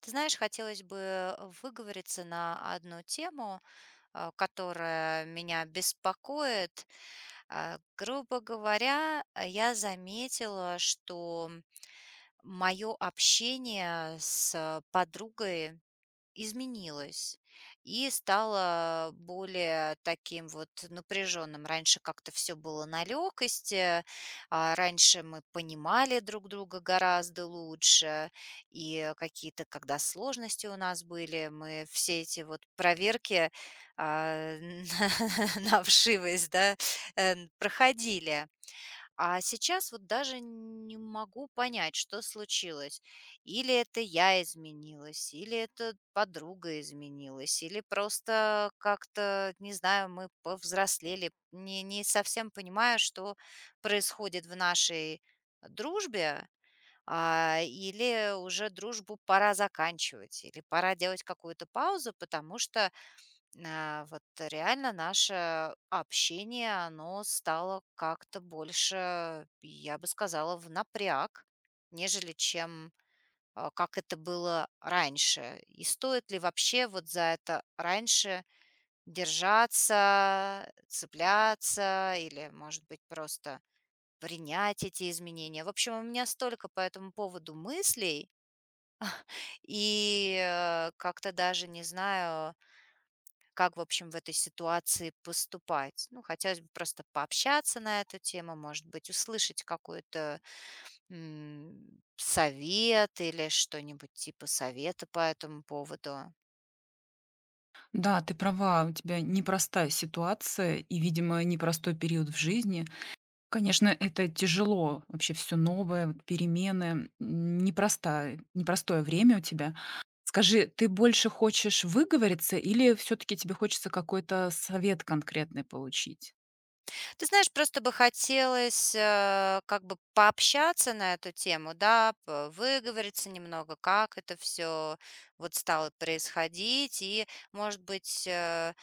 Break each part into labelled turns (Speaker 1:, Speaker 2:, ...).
Speaker 1: Ты знаешь, хотелось бы выговориться на одну тему, которая меня беспокоит. Грубо говоря, я заметила, что мое общение с подругой изменилось и стало более таким вот напряженным. Раньше как-то все было на лёгкости, раньше мы понимали друг друга гораздо лучше, и какие-то, когда сложности у нас были, мы все эти вот проверки, а, на вшивость, да, проходили. А сейчас вот даже не могу понять, что случилось. Или это я изменилась, или это подруга изменилась, или просто как-то, не знаю, мы повзрослели. Не совсем понимаю, что происходит в нашей дружбе, или уже дружбу пора заканчивать, или пора делать какую-то паузу, потому что вот реально наше общение, оно стало как-то больше, я бы сказала, в напряг, нежели чем как это было раньше. И стоит ли вообще вот за это раньше держаться, цепляться или, может быть, просто принять эти изменения. В общем, у меня столько по этому поводу мыслей, и как-то даже не знаю, как, в общем, в этой ситуации поступать? Ну, хотелось бы просто пообщаться на эту тему, может быть, услышать какой-то совет или что-нибудь типа совета по этому поводу.
Speaker 2: Да, ты права, у тебя непростая ситуация и, видимо, непростой период в жизни. Конечно, это тяжело, вообще все новое, вот перемены, непростое время у тебя. Скажи, ты больше хочешь выговориться или все-таки тебе хочется какой-то совет конкретный получить?
Speaker 1: Ты знаешь, просто бы хотелось, как бы пообщаться на эту тему, да, выговориться немного, как это все вот стало происходить, и, может быть,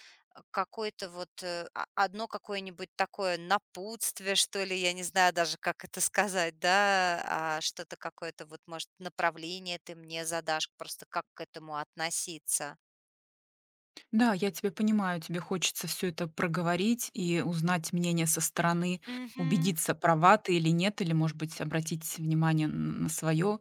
Speaker 1: какое-то вот одно какое-нибудь такое напутствие, что ли, я не знаю даже, как это сказать, да, а что-то какое-то вот, может, направление ты мне задашь, просто как к этому относиться.
Speaker 2: Да, я тебя понимаю, тебе хочется все это проговорить и узнать мнение со стороны,
Speaker 1: Мгм.
Speaker 2: убедиться, права ты или нет, или, может быть, обратить внимание на свое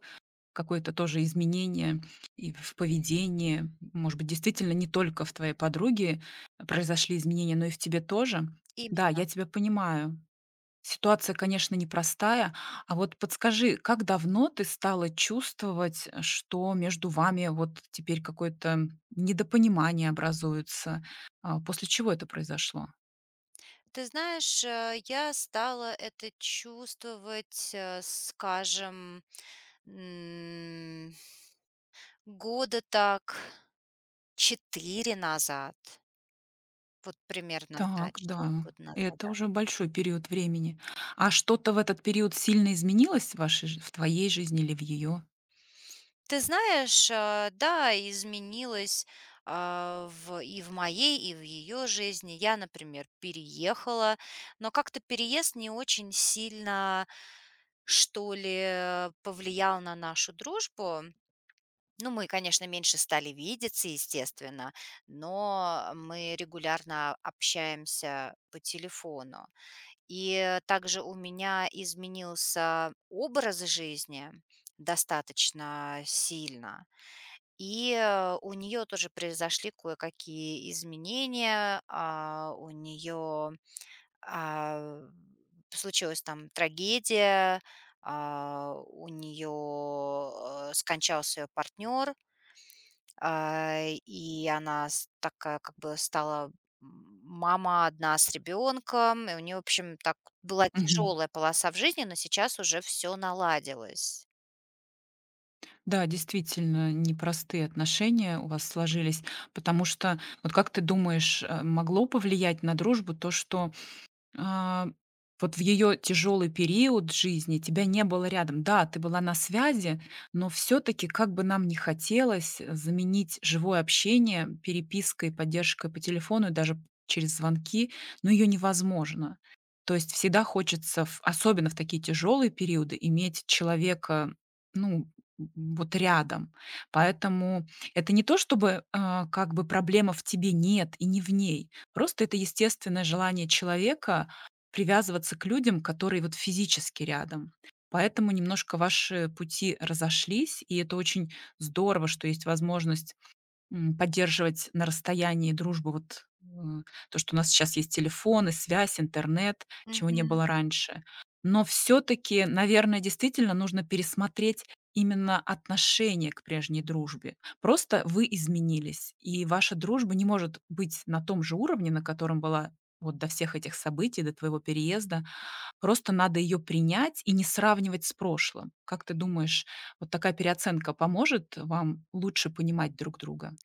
Speaker 2: какое-то тоже изменение и в поведении. Может быть, действительно не только в твоей подруге произошли изменения, но и в тебе тоже. Да,
Speaker 1: Именно.
Speaker 2: я тебя понимаю. Ситуация, конечно, непростая. А вот подскажи, как давно ты стала чувствовать, что между вами вот теперь какое-то недопонимание образуется? После чего это произошло?
Speaker 1: Ты знаешь, я стала это чувствовать, скажем, м, года так 4 назад. Вот примерно, да,
Speaker 2: Так,
Speaker 1: 4
Speaker 2: да.
Speaker 1: года назад,
Speaker 2: Это
Speaker 1: да.
Speaker 2: уже большой период времени. А что-то в этот период сильно изменилось в в твоей жизни или в ее?
Speaker 1: Ты знаешь, да, изменилось, в и в моей, и в ее жизни. Я, например, переехала, но как-то переезд не очень сильно, что ли, повлиял на нашу дружбу. Ну, мы, конечно, меньше стали видеться, естественно, но мы регулярно общаемся по телефону. И также у меня изменился образ жизни достаточно сильно. И у нее тоже произошли кое-какие изменения. У нее а, случилась там трагедия, у нее скончался ее партнер, и она с такая как бы стала мама одна с ребенком, и у нее, в общем, так была
Speaker 2: Мгм.
Speaker 1: тяжелая полоса в жизни, но сейчас уже все наладилось.
Speaker 2: Да, действительно, непростые отношения у вас сложились, потому что вот как ты думаешь, могло повлиять на дружбу то, что А, вот в ее тяжелый период жизни тебя не было рядом. Да, ты была на связи, но все таки как бы нам ни хотелось, заменить живое общение перепиской, поддержкой по телефону и даже через звонки, но ее невозможно. То есть всегда хочется, в особенно в такие тяжелые периоды, иметь человека, ну, вот рядом. Поэтому это не то, чтобы, как бы проблема в тебе нет и не в ней. Просто это естественное желание человека привязываться к людям, которые вот физически рядом. Поэтому немножко ваши пути разошлись, и это очень здорово, что есть возможность поддерживать на расстоянии дружбу, вот, то, что у нас сейчас есть телефоны, связь, интернет, чего не было раньше. Но все таки наверное, действительно нужно пересмотреть именно отношение к прежней дружбе. Просто вы изменились, и ваша дружба не может быть на том же уровне, на котором была вот до всех этих событий, до твоего переезда. Просто надо ее принять и не сравнивать с прошлым. Как ты думаешь, вот такая переоценка поможет вам лучше понимать друг друга?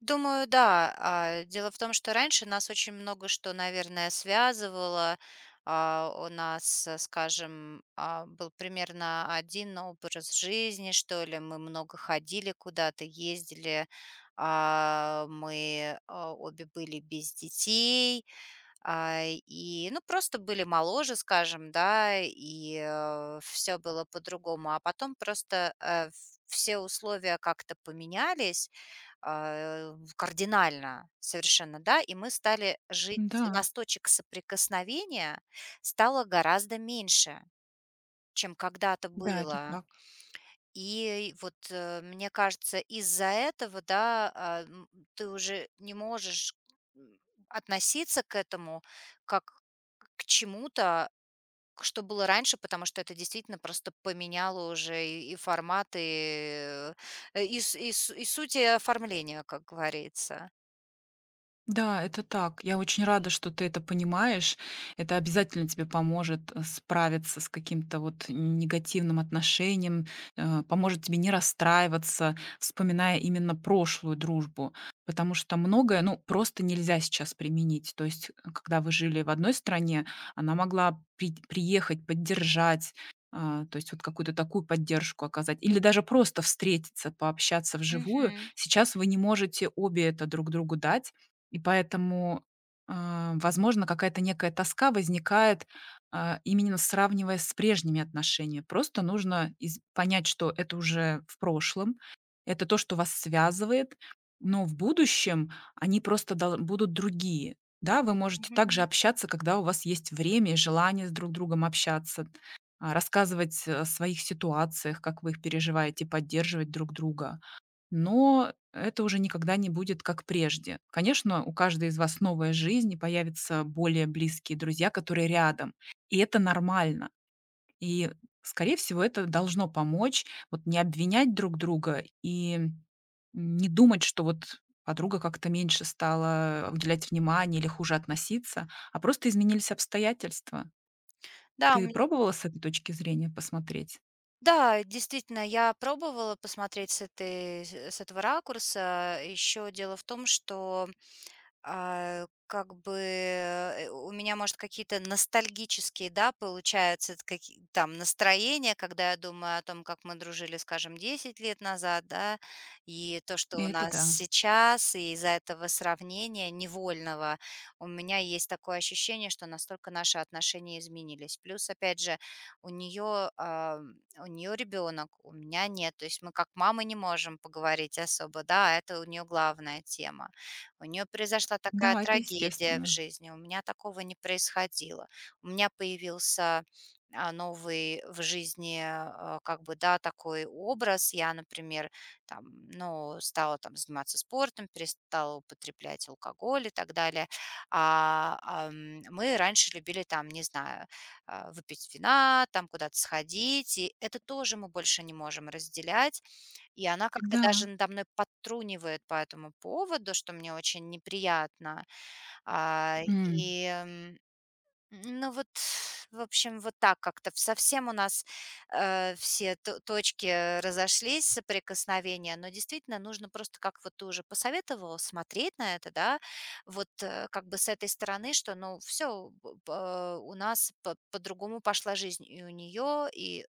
Speaker 1: Думаю, да. Дело в том, что раньше нас очень много что, наверное, связывало. У нас, скажем, был примерно один образ жизни, что ли. Мы много ходили куда-то, ездили. Мы обе были без детей. И, ну, просто были моложе, скажем, да, и, все было по-другому. А потом просто, все условия как-то поменялись, а, в кардинально совершенно, да, и мы стали жить у
Speaker 2: Да,
Speaker 1: нас точек соприкосновения стало гораздо меньше, чем когда-то
Speaker 2: да, это
Speaker 1: было.
Speaker 2: так.
Speaker 1: И вот, мне кажется, из-за этого, да, ты уже не можешь, м, относиться к этому как к чему-то, к что было раньше, потому что это действительно просто поменяло уже и формат, и, э, и с и су и суть оформления, как говорится.
Speaker 2: Да, это так. Я очень рада, что ты это понимаешь. Это обязательно тебе поможет справиться с каким-то вот негативным отношением, поможет тебе не расстраиваться, вспоминая именно прошлую дружбу. Потому что многое, ну, просто нельзя сейчас применить. То есть, когда вы жили в одной стране, она могла приехать, поддержать, то есть вот какую-то такую поддержку оказать, или даже просто встретиться, пообщаться вживую.
Speaker 1: Мгм,
Speaker 2: Сейчас вы не можете обе это друг другу дать, и поэтому, возможно, какая-то некая тоска возникает, именно сравнивая с прежними отношениями. Просто нужно из понять, что это уже в прошлом, это то, что вас связывает, но в будущем они просто дол будут другие. Да, вы можете также
Speaker 1: мгм.
Speaker 2: общаться, когда у вас есть время и желание с друг другом общаться, рассказывать о своих ситуациях, как вы их переживаете, поддерживать друг друга. Но это уже никогда не будет как прежде. Конечно, у каждой из вас новая жизнь, и появятся более близкие друзья, которые рядом. И это нормально. И, скорее всего, это должно помочь вот не обвинять друг друга и не думать, что вот подруга как-то меньше стала уделять внимание или хуже относиться, а просто изменились обстоятельства.
Speaker 1: Да,
Speaker 2: Ты пробовала с этой точки зрения посмотреть?
Speaker 1: да, действительно, я пробовала посмотреть с этого ракурса. Еще дело в том, что как бы, у меня, может, какие-то ностальгические, да, получаются т каки там настроения, когда я думаю о том, как мы дружили, скажем, 10 лет назад, да, и то, что
Speaker 2: И
Speaker 1: у
Speaker 2: это
Speaker 1: нас
Speaker 2: да.
Speaker 1: сейчас, и из-за этого сравнения невольного у меня есть такое ощущение, что настолько наши отношения изменились. Плюс, опять же, у нее у нее ребенок, у меня нет. То есть мы как мамы не можем поговорить особо, да, а это у нее главная тема. У нее произошла такая
Speaker 2: Да, это
Speaker 1: трагедия в
Speaker 2: естественно.
Speaker 1: жизни, у меня такого не происходило. У меня появился, новый в жизни, как бы, да, такой образ. Я, например, там, ну, стала там заниматься спортом, перестала употреблять алкоголь и так далее. Мы раньше любили там, не знаю, выпить вина, там куда-то сходить, и это тоже мы больше не можем разделять. И она как-то
Speaker 2: Да.
Speaker 1: даже надо мной подтрунивает по этому поводу, что мне очень неприятно. А,
Speaker 2: М.
Speaker 1: и, ну вот, в общем, вот так как-то совсем у нас, все то точки разошлись соприкосновения, но действительно нужно просто, как вот ты уже посоветовала, смотреть на это, да, вот, как бы с этой стороны, что, ну, все, у нас по по-другому пошла жизнь и у нее и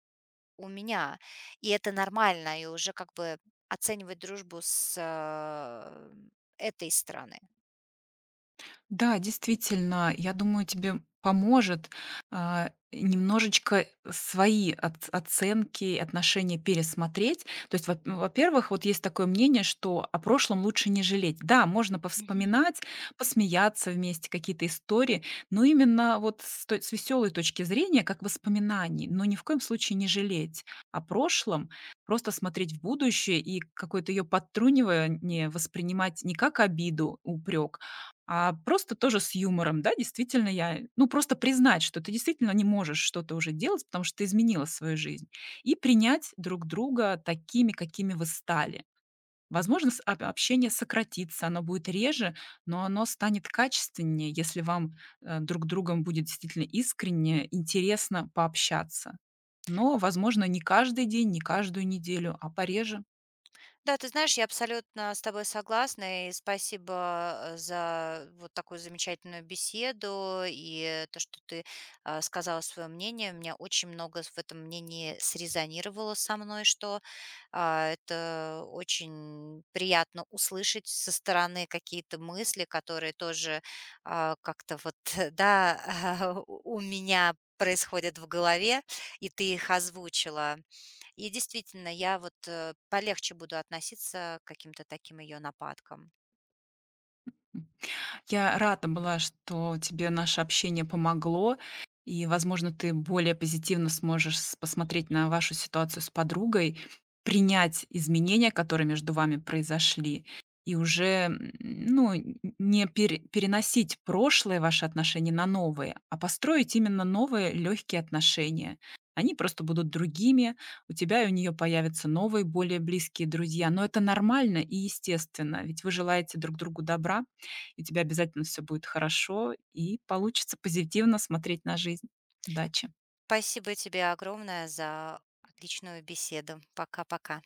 Speaker 1: у меня. И это нормально, и уже как бы оценивать дружбу с этой стороны.
Speaker 2: Да, действительно, я думаю, тебе поможет, немножечко свои оц оценки, и отношения пересмотреть. То есть, во-первых, вот есть такое мнение, что о прошлом лучше не жалеть. Да, можно повспоминать, посмеяться вместе, какие-то истории, но именно вот с веселой точки зрения, как воспоминаний, но ни в коем случае не жалеть о прошлом, просто смотреть в будущее и какое-то ее подтрунивание воспринимать не как обиду, упрек, а просто тоже с юмором, да, действительно просто признать, что ты действительно не можешь что-то уже делать, потому что ты изменила свою жизнь. И принять друг друга такими, какими вы стали. Возможно, общение сократится, оно будет реже, но оно станет качественнее, если вам друг другом будет действительно искренне интересно пообщаться. Но, возможно, не каждый день, не каждую неделю, а пореже.
Speaker 1: Да, ты знаешь, я абсолютно с тобой согласна, и спасибо за вот такую замечательную беседу и то, что ты сказала свое мнение. У меня очень много в этом мнении срезонировало со мной, что это очень приятно услышать со стороны какие-то мысли, которые тоже как-то вот, да, у меня происходят в голове, и ты их озвучила. И действительно, я вот, полегче буду относиться к каким-то таким ее нападкам.
Speaker 2: Я рада была, что тебе наше общение помогло, и, возможно, ты более позитивно сможешь посмотреть на вашу ситуацию с подругой, принять изменения, которые между вами произошли, и уже ну, н- не пере- переносить прошлые ваши отношения на новые, а построить именно новые легкие отношения. Они просто будут другими, у тебя и у нее появятся новые, более близкие друзья. Но это нормально и естественно, ведь вы желаете друг другу добра и у тебя обязательно все будет хорошо, и получится позитивно смотреть на жизнь. Удачи!
Speaker 1: Спасибо тебе огромное за отличную беседу. Пока-пока.